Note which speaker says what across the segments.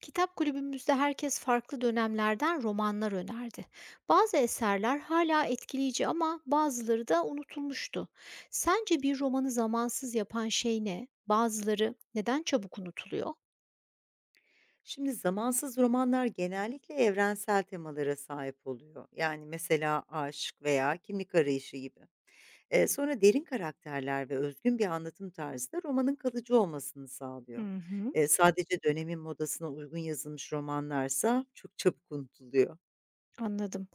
Speaker 1: Kitap kulübümüzde herkes farklı dönemlerden romanlar önerdi. Bazı eserler hala etkileyici ama bazıları da unutulmuştu. Sence bir romanı zamansız yapan şey ne? Bazıları neden çabuk unutuluyor?
Speaker 2: Şimdi zamansız romanlar genellikle evrensel temalara sahip oluyor. Yani mesela aşk veya kimlik arayışı gibi. Sonra derin karakterler ve özgün bir anlatım tarzı da romanın kalıcı olmasını
Speaker 1: Hı
Speaker 2: sağlıyor.
Speaker 1: hı.
Speaker 2: Sadece dönemin modasına uygun yazılmış romanlarsa çok çabuk unutuluyor.
Speaker 1: Anladım.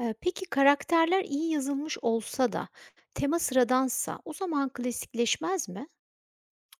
Speaker 1: Peki karakterler iyi yazılmış olsa da tema sıradansa o zaman klasikleşmez mi?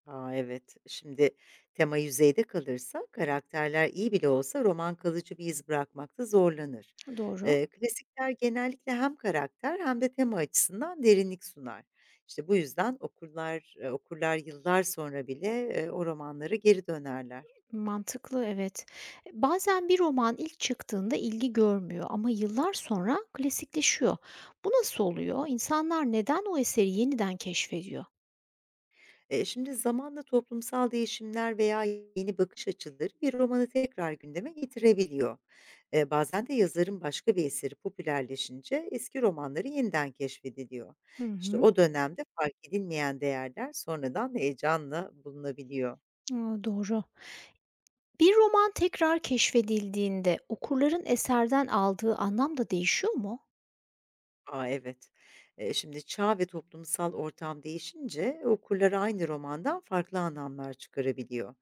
Speaker 2: A, evet. Şimdi tema yüzeyde kalırsa karakterler iyi bile olsa roman kalıcı bir iz bırakmakta zorlanır.
Speaker 1: Doğru.
Speaker 2: Klasikler genellikle hem karakter hem de tema açısından derinlik sunar. İşte bu yüzden okurlar yıllar sonra bile o romanlara geri dönerler.
Speaker 1: Mantıklı, evet. Bazen bir roman ilk çıktığında ilgi görmüyor ama yıllar sonra klasikleşiyor. Bu nasıl oluyor? İnsanlar neden o eseri yeniden keşfediyor?
Speaker 2: Şimdi zamanla toplumsal değişimler veya yeni bakış açıları bir romanı tekrar gündeme getirebiliyor. Bazen de yazarın başka bir eseri popülerleşince eski romanları yeniden keşfediliyor.
Speaker 1: Hı
Speaker 2: İşte
Speaker 1: hı.
Speaker 2: o dönemde fark edilmeyen değerler sonradan heyecanla bulunabiliyor.
Speaker 1: Aa, doğru. Bir roman tekrar keşfedildiğinde okurların eserden aldığı anlam da değişiyor mu?
Speaker 2: A, evet. Şimdi çağ ve toplumsal ortam değişince okurlar aynı romandan farklı anlamlar çıkarabiliyor.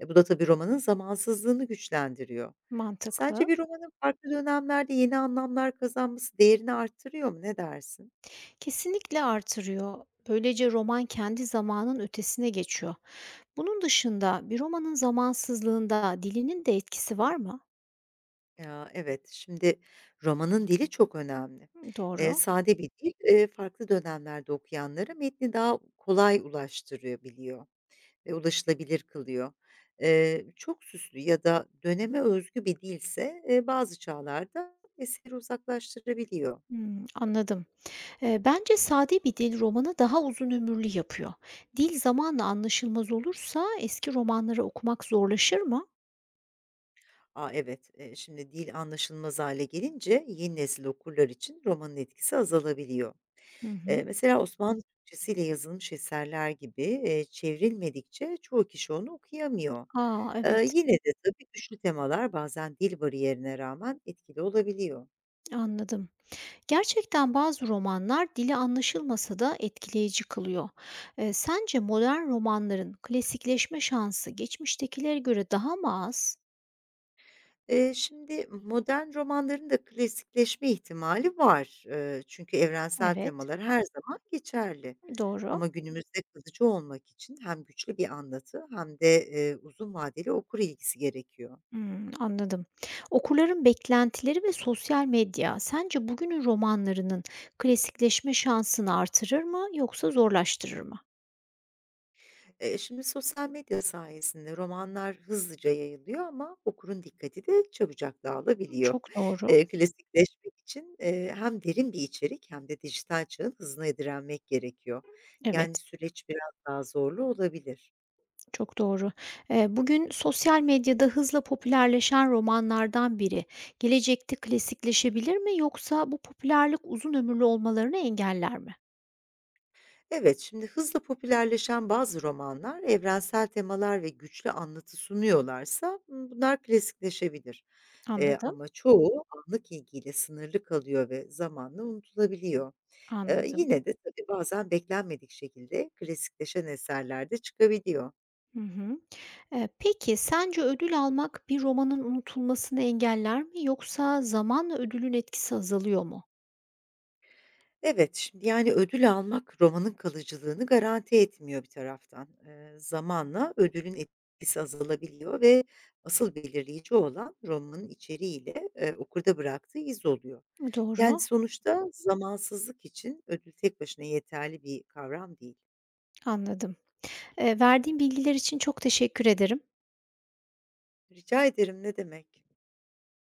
Speaker 2: Bu da tabii romanın zamansızlığını güçlendiriyor. Sence
Speaker 1: Mantıklı.
Speaker 2: bir romanın farklı dönemlerde yeni anlamlar kazanması değerini arttırıyor mu? Ne dersin?
Speaker 1: Kesinlikle artırıyor. Böylece roman kendi zamanın ötesine geçiyor. Bunun dışında bir romanın zamansızlığında dilinin de etkisi var mı?
Speaker 2: Ya, evet. Şimdi romanın dili çok önemli.
Speaker 1: Doğru.
Speaker 2: Sade bir dil, farklı dönemlerde okuyanlara metni daha kolay ulaştırıyor biliyor. Ve ulaşılabilir kılıyor. Çok süslü ya da döneme özgü bir dilse, bazı çağlarda eseri uzaklaştırabiliyor.
Speaker 1: Hmm, anladım. Bence sade bir dil romanı daha uzun ömürlü yapıyor. Dil zamanla anlaşılmaz olursa eski romanları okumak zorlaşır mı?
Speaker 2: A, evet, şimdi dil anlaşılmaz hale gelince yeni nesil okurlar için romanın etkisi azalabiliyor.
Speaker 1: Hı hı.
Speaker 2: Mesela Osmanlı Türkçesiyle yazılmış eserler gibi, çevrilmedikçe çoğu kişi onu okuyamıyor.
Speaker 1: Aa, evet,
Speaker 2: Yine de tabii güçlü temalar bazen dil bariyerine rağmen etkili olabiliyor.
Speaker 1: anladım. Gerçekten bazı romanlar dili anlaşılmasa da etkileyici kılıyor. Sence modern romanların klasikleşme şansı geçmiştekilere göre daha mı az?
Speaker 2: Şimdi modern romanların da klasikleşme ihtimali var. Çünkü evrensel
Speaker 1: Evet.
Speaker 2: temalar her zaman geçerli.
Speaker 1: Doğru.
Speaker 2: Ama günümüzde kalıcı olmak için hem güçlü bir anlatı hem de, uzun vadeli okur ilgisi gerekiyor.
Speaker 1: Hmm, anladım. Okurların beklentileri ve sosyal medya sence bugünün romanlarının klasikleşme şansını artırır mı yoksa zorlaştırır mı?
Speaker 2: Şimdi sosyal medya sayesinde romanlar hızlıca yayılıyor ama okurun dikkati de çabucak dağılabiliyor.
Speaker 1: Çok doğru.
Speaker 2: Klasikleşmek için, hem derin bir içerik hem de dijital çağın hızına direnmek gerekiyor.
Speaker 1: Evet.
Speaker 2: Yani süreç biraz daha zorlu olabilir.
Speaker 1: Çok doğru. Bugün sosyal medyada hızla popülerleşen romanlardan biri. Gelecekte klasikleşebilir mi yoksa bu popülerlik uzun ömürlü olmalarını engeller mi?
Speaker 2: Evet, şimdi hızla popülerleşen bazı romanlar evrensel temalar ve güçlü anlatı sunuyorlarsa bunlar klasikleşebilir.
Speaker 1: Anladım,
Speaker 2: Ama çoğu anlık ilgiyle sınırlı kalıyor ve zamanla unutulabiliyor.
Speaker 1: anladım.
Speaker 2: Yine de tabii bazen beklenmedik şekilde klasikleşen eserler de çıkabiliyor.
Speaker 1: Hı hı. Peki sence ödül almak bir romanın unutulmasını engeller mi yoksa zamanla ödülün etkisi azalıyor mu?
Speaker 2: Evet, şimdi, yani, ödül almak romanın kalıcılığını garanti etmiyor bir taraftan. Zamanla ödülün etkisi azalabiliyor ve asıl belirleyici olan romanın içeriğiyle, okurda bıraktığı iz oluyor. Yani,
Speaker 1: Doğru,
Speaker 2: sonuçta zamansızlık için ödül tek başına yeterli bir kavram değil.
Speaker 1: anladım. Verdiğin bilgiler için çok teşekkür ederim.
Speaker 2: Rica ederim, ne demek.